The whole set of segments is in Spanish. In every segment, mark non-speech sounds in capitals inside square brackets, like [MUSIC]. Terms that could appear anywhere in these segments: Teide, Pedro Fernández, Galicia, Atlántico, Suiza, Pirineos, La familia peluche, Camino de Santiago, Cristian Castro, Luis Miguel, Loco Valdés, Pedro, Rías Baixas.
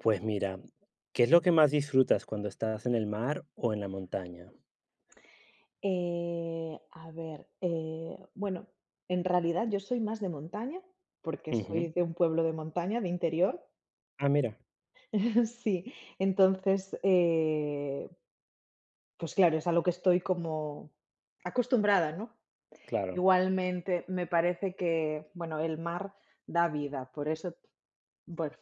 Pues mira, ¿qué es lo que más disfrutas cuando estás en el mar o en la montaña? A ver, bueno, en realidad yo soy más de montaña, porque soy Ujú. de un pueblo de montaña, de interior. Ah, mira. [LAUGHS] Sí, entonces, pues claro, es a lo que estoy como acostumbrada, ¿no? Claro. Igualmente, me parece que, bueno, el mar da vida, por eso, bueno,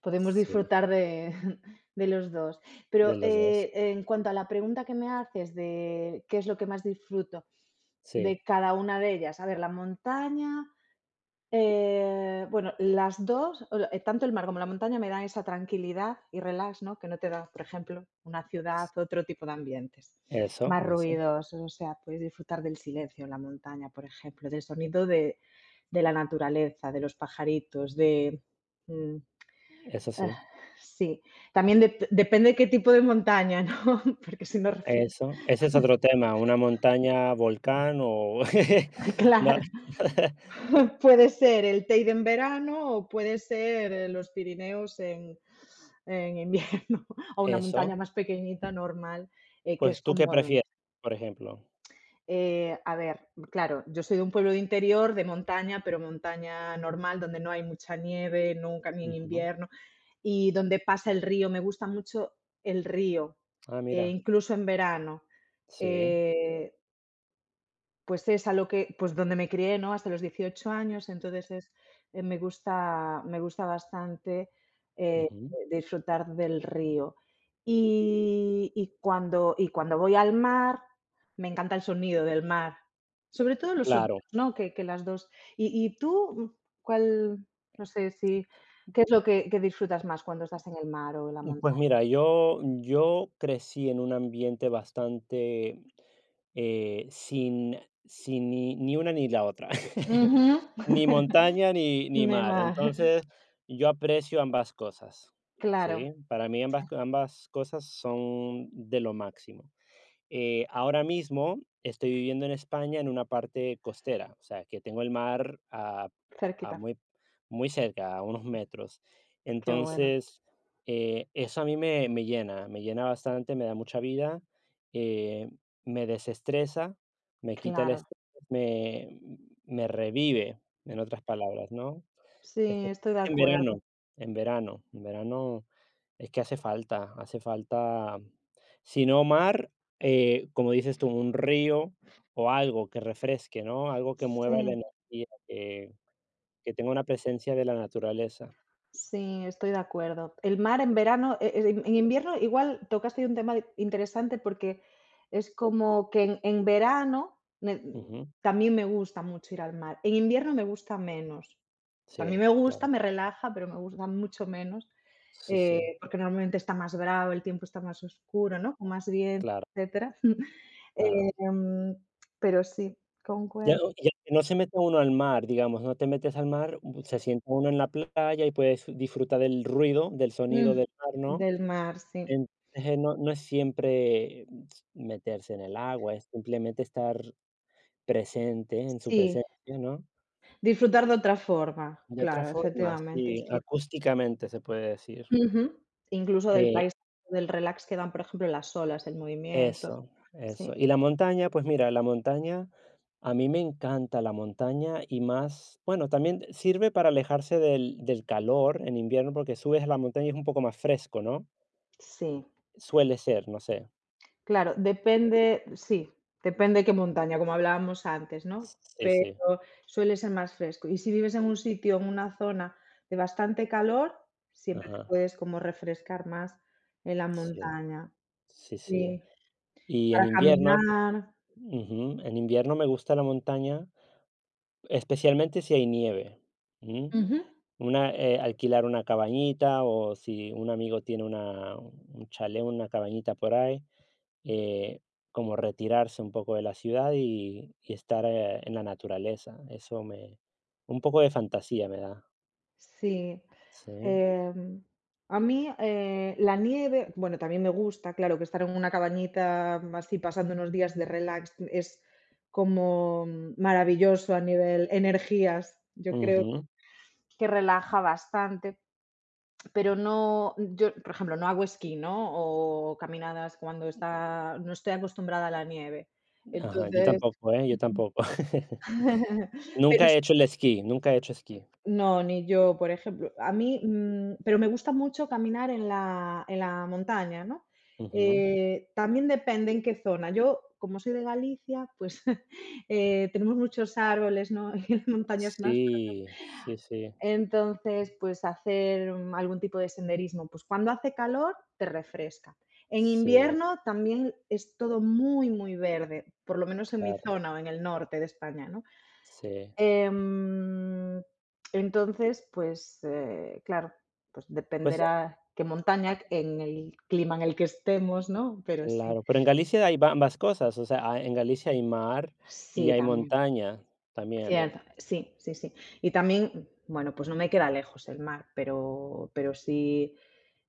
podemos Sí, disfrutar de, [LAUGHS] de los dos. de Pero los dos. En cuanto a la pregunta que me haces de qué es lo que más disfruto, de Sí. cada una de ellas. A ver, la montaña, bueno, las 2 o la tanto el mar como la montaña me dan esa tranquilidad y relax, ¿no? Que no te da, por ejemplo, una ciudad, otro tipo de ambientes, Eso, más eso. ruidosos, o sea, puedes disfrutar del silencio en la montaña, por ejemplo, del sonido de la naturaleza, de los pajaritos, mm, Eso ah, sí. sí, también depende de qué tipo de montaña, ¿no? [LAUGHS] Porque si no refe Eso, ese es otro tema, una montaña, volcán o [LAUGHS] [LAUGHS] no. Claro. [LAUGHS] [LAUGHS] Puede ser el Teide en verano o puede ser, los Pirineos en invierno [LAUGHS] o una Eso. montaña más pequeñita, normal, que Pues, es ¿tú qué como donde. prefieres, por ejemplo? A ver, claro, yo soy de un pueblo de interior, de montaña, pero montaña normal, donde no hay mucha nieve nunca, ni en Ujú. invierno, y donde pasa el río. Me gusta mucho el río, Ah, mira. incluso en verano. Sí. Eh, Pues es a lo que pues donde me crié, ¿no? Hasta los 18 años, entonces es, me gusta bastante, eh, Ujú. disfrutar del río. Y cuando voy al mar, me encanta el sonido del mar, sobre todo los Claro. sonidos, ¿no? Que las 2 y tú, ¿cuál? No sé si, ¿qué es lo que disfrutas más cuando estás en el mar o en la Pues montaña? mira, yo crecí en un ambiente bastante sin, sin ni, ni una ni la otra, [LAUGHS] Ujú. ni montaña [LAUGHS] ni En el mar. mar, Entonces, yo aprecio ambas cosas, claro, ¿sí? Para mí sí, ambas, cosas son de lo máximo. Ahora mismo estoy viviendo en España, en una parte costera, o sea, que tengo el mar a cerquita, muy, muy cerca, a unos metros. qué bueno, Entonces, eso a mí me llena, me llena bastante, me da mucha vida, eh, me desestresa, me quita el claro. estrés, me, me revive, en otras palabras, ¿no? Sí, Especialmente estoy de en acuerdo. verano, en verano, en verano es que hace falta, si no mar, como dices tú, un río o algo que refresque, ¿no? Algo que Sí, mueva la energía, que tenga una presencia de la naturaleza. sí, estoy de acuerdo. El mar en verano, en invierno igual tocaste ahí un tema interesante porque es como que en verano me Ujú. también me gusta mucho ir al mar. En invierno me gusta menos. También Sí, me gusta, claro. me relaja, pero me gusta mucho menos, Sí, sí. porque normalmente está más bravo, el tiempo está más oscuro, ¿no? Con más bien, Claro, etcétera. [LAUGHS] claro. Em, pero sí, Ya, concuerdo. Ya que no se mete uno al mar, digamos, no te metes al mar, se sienta uno en la playa y puedes disfrutar del ruido, del sonido Mm, del mar, ¿no? del mar, sí. Entonces, no es siempre meterse en el agua, es simplemente estar presente en su Sí. presencia, ¿no? Disfrutar de otra forma, De otra claro, forma, efectivamente, sí, sí. acústicamente se puede decir. Ujú. Incluso del Eh, paisaje, del relax que dan, por ejemplo, las olas, el movimiento. eso, eso. Sí, Y la montaña, pues mira, la montaña, a mí me encanta la montaña y más, bueno, también sirve para alejarse del calor en invierno, porque subes a la montaña y es un poco más fresco, ¿no? sí, Suele ser, no sé. claro, depende sí, depende qué montaña, como hablábamos antes, ¿no? Sí, sí. Pero suele ser más fresco. Y si vives en un sitio, en una zona de bastante calor, siempre te Ajá. puedes como refrescar más en la Sí, montaña. sí, sí. Sí, Y en para invierno. caminar. Ujú. En invierno me gusta la montaña, especialmente si hay nieve. Ujú. Ujú. Alquilar una cabañita o si un amigo tiene un chalet, una cabañita por ahí, eh, como retirarse un poco de la ciudad y estar, en la naturaleza. Un poco de fantasía me da. Sí. Sí. Em, a mí, la nieve, bueno, también me gusta, claro, que estar en una cabañita así pasando unos días de relax es como maravilloso a nivel energías. Yo creo Ujú. que relaja bastante, pero no, yo, por ejemplo, no hago esquí, ¿no? O caminadas no estoy acostumbrada a la nieve. Ajá, yo Entonces, tampoco, ¿eh? Yo tampoco. [LAUGHS] [LAUGHS] pero Nunca he hecho el esquí, nunca he hecho esquí. no, ni yo, por ejemplo. A mí, pero me gusta mucho caminar en la montaña, ¿no? Ujú. También depende en qué zona. Yo, como soy de Galicia, pues, [LAUGHS] tenemos muchos árboles, ¿no? [LAUGHS] Y las montañas más. Sí, sí, sí, Entonces, pues, hacer algún tipo de senderismo. Pues, cuando hace calor, te refresca. En sí. invierno también es todo muy, muy verde, por lo menos en mi Claro. zona o en el norte de España, ¿no? Sí, Em, entonces, pues, claro, pues pues. dependerá qué Ah, montaña, en el clima en el que estemos, ¿no? Pero sí. claro, pero en Galicia hay ba ambas cosas, o sea, ah, en Galicia hay mar y Sí, hay también. montaña también. Cierto. Sí, sí, sí. Y también, bueno, pues no me queda lejos el mar, pero sí,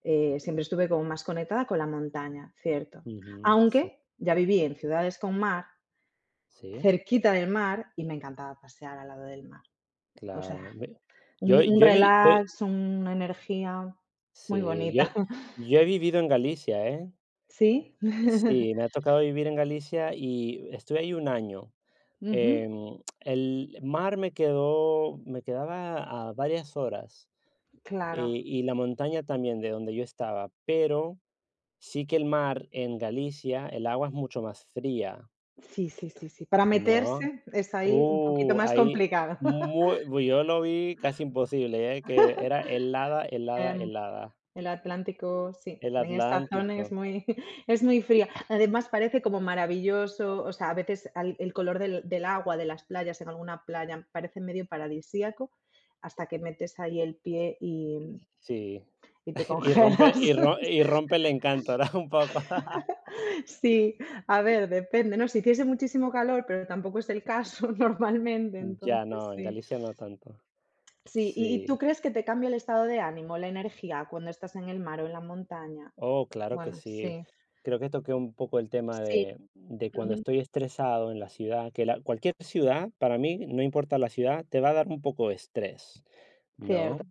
siempre estuve como más conectada con la montaña, cierto. Ujú. Sí, Aunque ya viví en ciudades con mar, sí, cerquita del mar, y me encantaba pasear al lado del mar. O claro. sea, Me Un yo un yo he vi yo relax, una energía muy sí, bonita. yo [LAUGHS] yo he vivido en Galicia, ¿eh? Sí. Sí, [LAUGHS] me ha tocado vivir en Galicia y estuve ahí un año. Ujú, El mar me quedaba a varias horas, claro. y la montaña también de donde yo estaba, pero sí que el mar en Galicia, el agua es mucho más fría, Sí, sí, sí, sí. Para ¿no? meterse es ahí un poquito más Ahí complicado. [LAUGHS] muy pues yo lo vi casi imposible, ¿eh? Que era helada, helada, Em, helada. el Atlántico, sí, El en esta zona es Atlántico, muy [LAUGHS] es muy fría. Además, parece como maravilloso, o sea, a veces al el color del agua, de las playas, en alguna playa, parece medio paradisíaco, hasta que metes ahí el pie y sí. y te [LAUGHS] [LAUGHS] Y rompe y congelas. ro y rompe el encanto, ¿verdad? [LAUGHS] Un poco. [LAUGHS] Sí, a ver, depende, ¿no? Si hiciese muchísimo calor, pero tampoco es el caso [LAUGHS] normalmente, Ya entonces no, en sí. Galicia no tanto. Sí, ¿y Sí. tú crees que te cambia el estado de ánimo, la energía cuando estás en el mar o en la montaña? Oh, claro que Bueno, sí. sí, Creo que toqué un poco el tema sí, de, cuando ujú, estoy estresado en la ciudad, que cualquier ciudad, para mí, no importa la ciudad, te va a dar un poco de estrés, ¿no? cierto,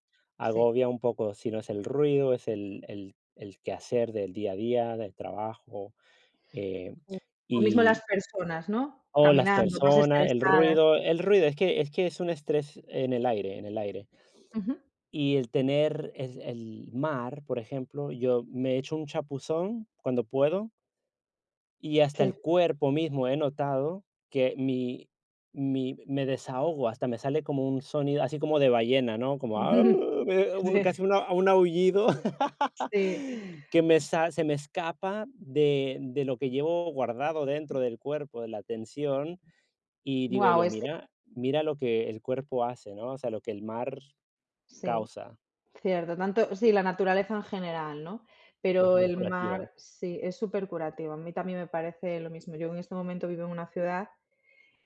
sí, Agobia un poco, si no es el ruido, es el quehacer del día a día, del trabajo, eh, sí. O mismo las y, personas, ¿no? o las Caminando, más personas, estresadas. El ruido, es que es un estrés en el aire, en el aire. Ujú, Y el tener el mar, por ejemplo, yo me echo un chapuzón cuando puedo y hasta sí, el cuerpo mismo he notado que mi mi me desahogo, hasta me sale como un sonido así como de ballena, ¿no? Como "Ah", me [LAUGHS] un sí, casi una un aullido [LAUGHS] sí. que me sa se me escapa de lo que llevo guardado dentro del cuerpo, de la tensión, y digo Guau, yo: es que "Mira, mira lo que el cuerpo hace", ¿no? O sea, lo que el mar sí. causa. Cierto, tanto sí, la naturaleza en general, ¿no? Es Pero muy el curativa. mar sí, es súper curativo. A mí también me parece lo mismo. Yo en este momento vivo en una ciudad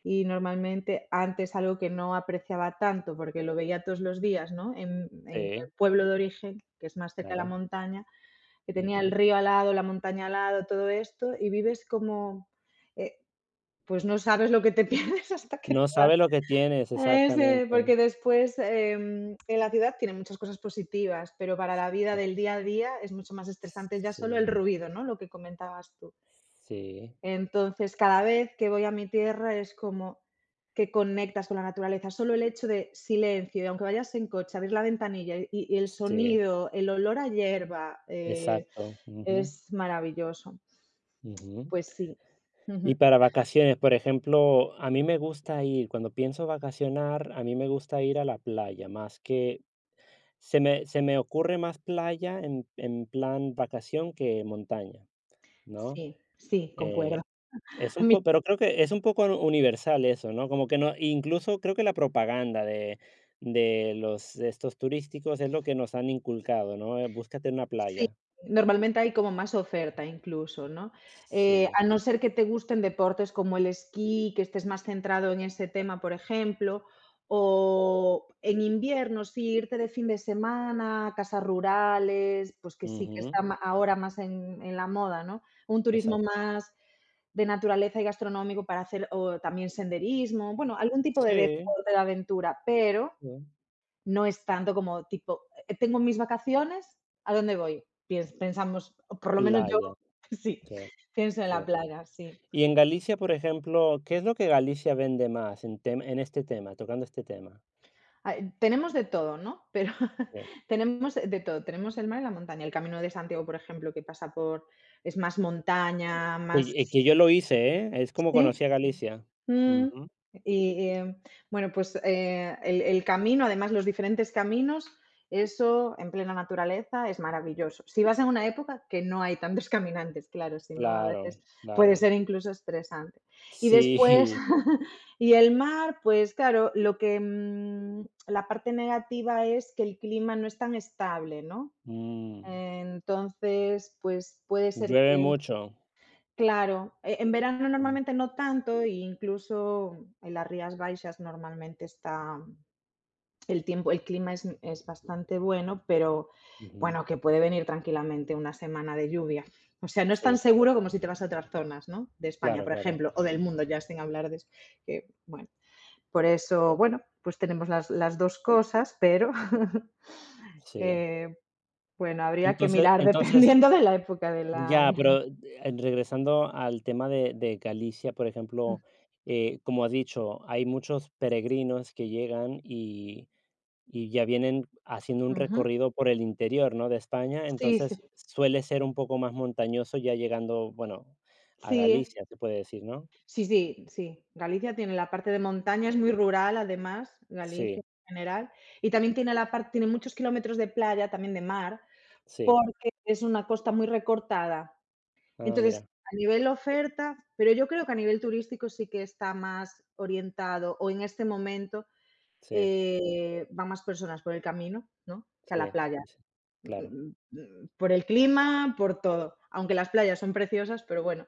y normalmente antes algo que no apreciaba tanto porque lo veía todos los días, ¿no? En el Sí, pueblo de origen, que es más cerca de la claro. montaña, que tenía el Ujú. río al lado, la montaña al lado, todo esto, y vives como, eh, pues no sabes lo que te pierdes [LAUGHS] hasta que te No vas. sabe lo que tienes, Ese, exactamente. porque después, en la ciudad tiene muchas cosas positivas, pero para la vida del día a día es mucho más estresante ya Sí, solo el ruido, ¿no? Lo que comentabas tú. sí, Entonces, cada vez que voy a mi tierra es como que conectas con la naturaleza. Solo el hecho de silencio, y aunque vayas en coche, abrir la ventanilla y el sí, sonido, el olor a hierba, exacto. Ujú, es maravilloso. ujú. Pues sí, Y para vacaciones, por ejemplo, a mí me gusta ir, cuando pienso vacacionar, a mí me gusta ir a la playa, más que se me ocurre más playa en, plan vacación que montaña, [LAUGHS] ¿no? sí, sí, concuerdo. Eh, es un poco, pero creo que es un poco universal eso, ¿no? Como que no, incluso creo que la propaganda de los de estos turísticos es lo que nos han inculcado, ¿no? Búscate una Sí, playa. normalmente hay como más oferta incluso, ¿no? Sí, A no ser que te gusten deportes como el esquí, que estés más centrado en ese tema, por ejemplo, o en invierno, sí, irte de fin de semana a casas rurales, pues que sí que ujú, está ahora más en la moda, ¿no? Un turismo exacto. más de naturaleza y gastronómico para hacer o también senderismo, bueno, algún tipo de Sí, deporte de aventura, pero sí. no es tanto como tipo, tengo mis vacaciones, ¿a dónde voy? Piens Pensamos, o por lo menos yo Playa, [LAUGHS] sí, sí, pienso en sí. la playa, sí. Y en Galicia, por ejemplo, ¿qué es lo que Galicia vende más en tem en este tema, tocando este tema? Ah, tenemos de todo, ¿no? Pero [LAUGHS] tenemos de todo, tenemos el mar y la montaña. El Camino de Santiago, por ejemplo, que pasa por es más montaña, Sí, más. que yo lo hice, ¿eh? Es como Sí. conocí a Galicia. Mm, Ujú, y, bueno, pues, el camino, además, los diferentes caminos, eso en plena naturaleza es maravilloso. Si vas en una época que no hay tantos [LAUGHS] caminantes, claro, si no, a claro, veces puede ser claro. incluso estresante. Y después Sí, [LAUGHS] y el mar, pues claro, la parte negativa es que el clima no es tan estable, ¿no? [LAUGHS] mm, Entonces, pues, puede ser llueve que. mucho. Claro, en verano Mm, normalmente no tanto, e incluso en las Rías Baixas normalmente está el clima es bastante bueno, pero ujú, bueno, que puede venir tranquilamente una semana de lluvia. O sea, no es tan sí, seguro como si te vas a otras zonas, ¿no? De España, claro, por claro, ejemplo, o del mundo, ya sin hablar de que, bueno, por eso, bueno, pues tenemos las 2 cosas, pero. [LAUGHS] sí. eh, bueno, habría que Entonces mirar [LAUGHS] entonces dependiendo de la época del ya, año. pero, regresando al tema de Galicia, por ejemplo, como has dicho, hay muchos peregrinos que llegan y ya vienen haciendo un Ujú. recorrido por el interior, ¿no?, de España, Sí, sí, entonces suele ser un poco más montañoso ya llegando, bueno, a sí. Galicia, se puede decir, ¿no? Sí, sí, sí. Galicia tiene la parte de montaña, es muy rural además, Galicia Sí, en general, y también tiene la parte tiene muchos kilómetros de playa, también de mar, sí. porque es una costa muy recortada. Ah, Entonces, mira, a nivel oferta, pero yo creo que a nivel turístico sí que está más orientado, o en este momento, sí, van más personas por el camino, ¿no?, que a sí, la playa sí, claro. Por el clima, por todo. Aunque las playas son preciosas, pero bueno,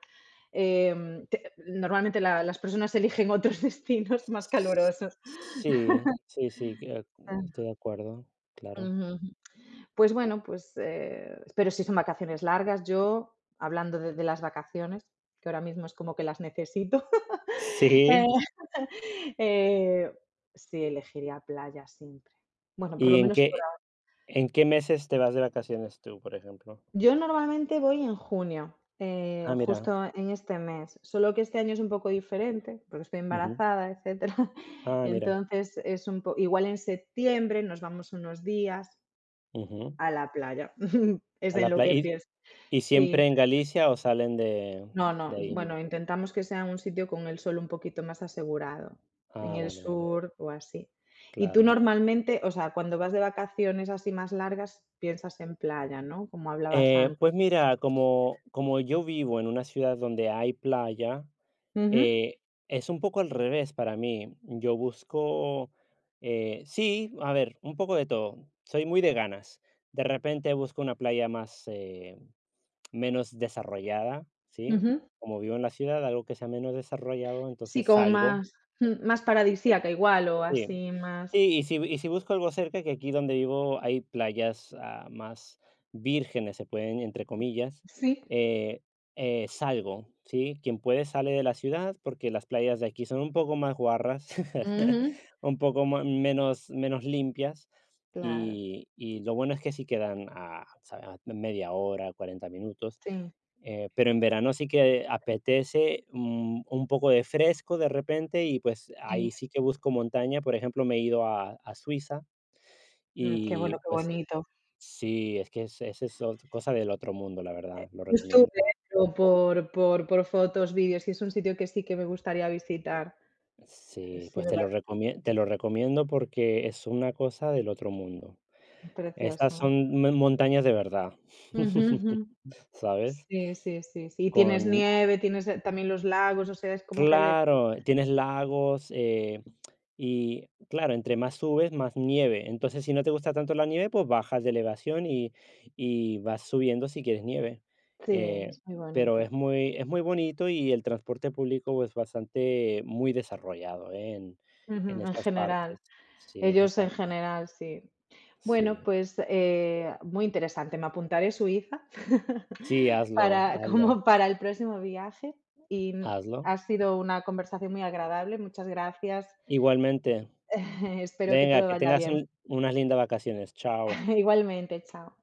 normalmente las personas eligen otros [LAUGHS] destinos más calurosos. Sí, sí, sí, Ah. estoy de acuerdo, claro. Ujú. Pues bueno, pues, pero si son vacaciones largas, yo, hablando de las vacaciones, que ahora mismo es como que las necesito, [LAUGHS] eh, Sí. [LAUGHS] eh, sí elegiría playa siempre. Bueno, por lo ¿y en menos. qué ¿En qué meses te vas de vacaciones tú, por ejemplo? Yo normalmente voy en junio, Ah, mira. justo en este mes, solo que este año es un poco diferente, porque estoy Ujú. embarazada, etcétera. [LAUGHS] Ah, mira. Entonces es un po igual en septiembre nos vamos unos días Ujú. a la playa, [LAUGHS] es A en la lo que playa. ¿Y pienso. y Sí, siempre en Galicia o salen de no, no, de ahí? bueno, intentamos que sea un sitio con el sol un poquito más asegurado, en Ah, el vale, vale. sur o así. Y tú Claro. normalmente, o sea, cuando vas de vacaciones así más largas, piensas en playa, ¿no? Como hablabas antes. Pues mira, como yo vivo en una ciudad donde hay playa, Ujú, eh, es un poco al revés para mí. Yo busco, sí, a ver, un poco de todo. Soy muy de ganas. De repente busco una playa más, menos desarrollada, ¿sí? ujú. Como vivo en la ciudad, algo que sea menos desarrollado, Sí, entonces como salgo. más más paradisíaca igual, o Sí. así más. Sí, y si busco algo cerca, que aquí donde vivo hay playas, ah, más vírgenes, se pueden entre comillas, Sí. eh salgo, ¿sí? Quien puede sale de la ciudad, porque las playas de aquí son un poco más guarras, [LAUGHS] Ujú. un poco ma menos limpias, Claro. y lo bueno es que sí quedan a, ¿sabes? A media hora, 40 minutos. Sí, Pero en verano sí que apetece, un poco de fresco de repente y, pues, sí. ahí sí que busco montaña. Por ejemplo, me he ido a Suiza Mm, qué y, bueno, qué pues bonito. sí, es que es eso cosa del otro mundo, la verdad, lo Yo recomiendo. estuve, pero por fotos, vídeos, y es un sitio que sí que me gustaría visitar. Sí, Sí, pues me parece te lo recomiendo porque es una cosa del otro mundo. Estas precioso. son me montañas de verdad, Ujú, ujú. [LAUGHS] ¿sabes? Sí, sí, sí, sí. Y tienes Con nieve, tienes, también los lagos, o sea, es como que hay de todo. Claro, tienes lagos, y claro, entre más subes, más nieve. Entonces, si no te gusta tanto la nieve, pues bajas de elevación y vas subiendo si quieres nieve. Sí, Eh, es muy pero es bonito. muy, es muy bonito y el transporte público es bastante muy desarrollado, en Ujú, en esas general. partes. Sí, en esas Ellos en partes. general, sí. Bueno, Sí. pues, muy interesante. Me apuntaré Suiza [LAUGHS] Sí, hazlo, hazlo, para el próximo viaje y hazlo. ha sido una conversación muy agradable. Muchas gracias. Igualmente. [LAUGHS] Espero que Venga, todo que vaya tengas bien. Unas lindas vacaciones. Chao. [LAUGHS] Igualmente, chao.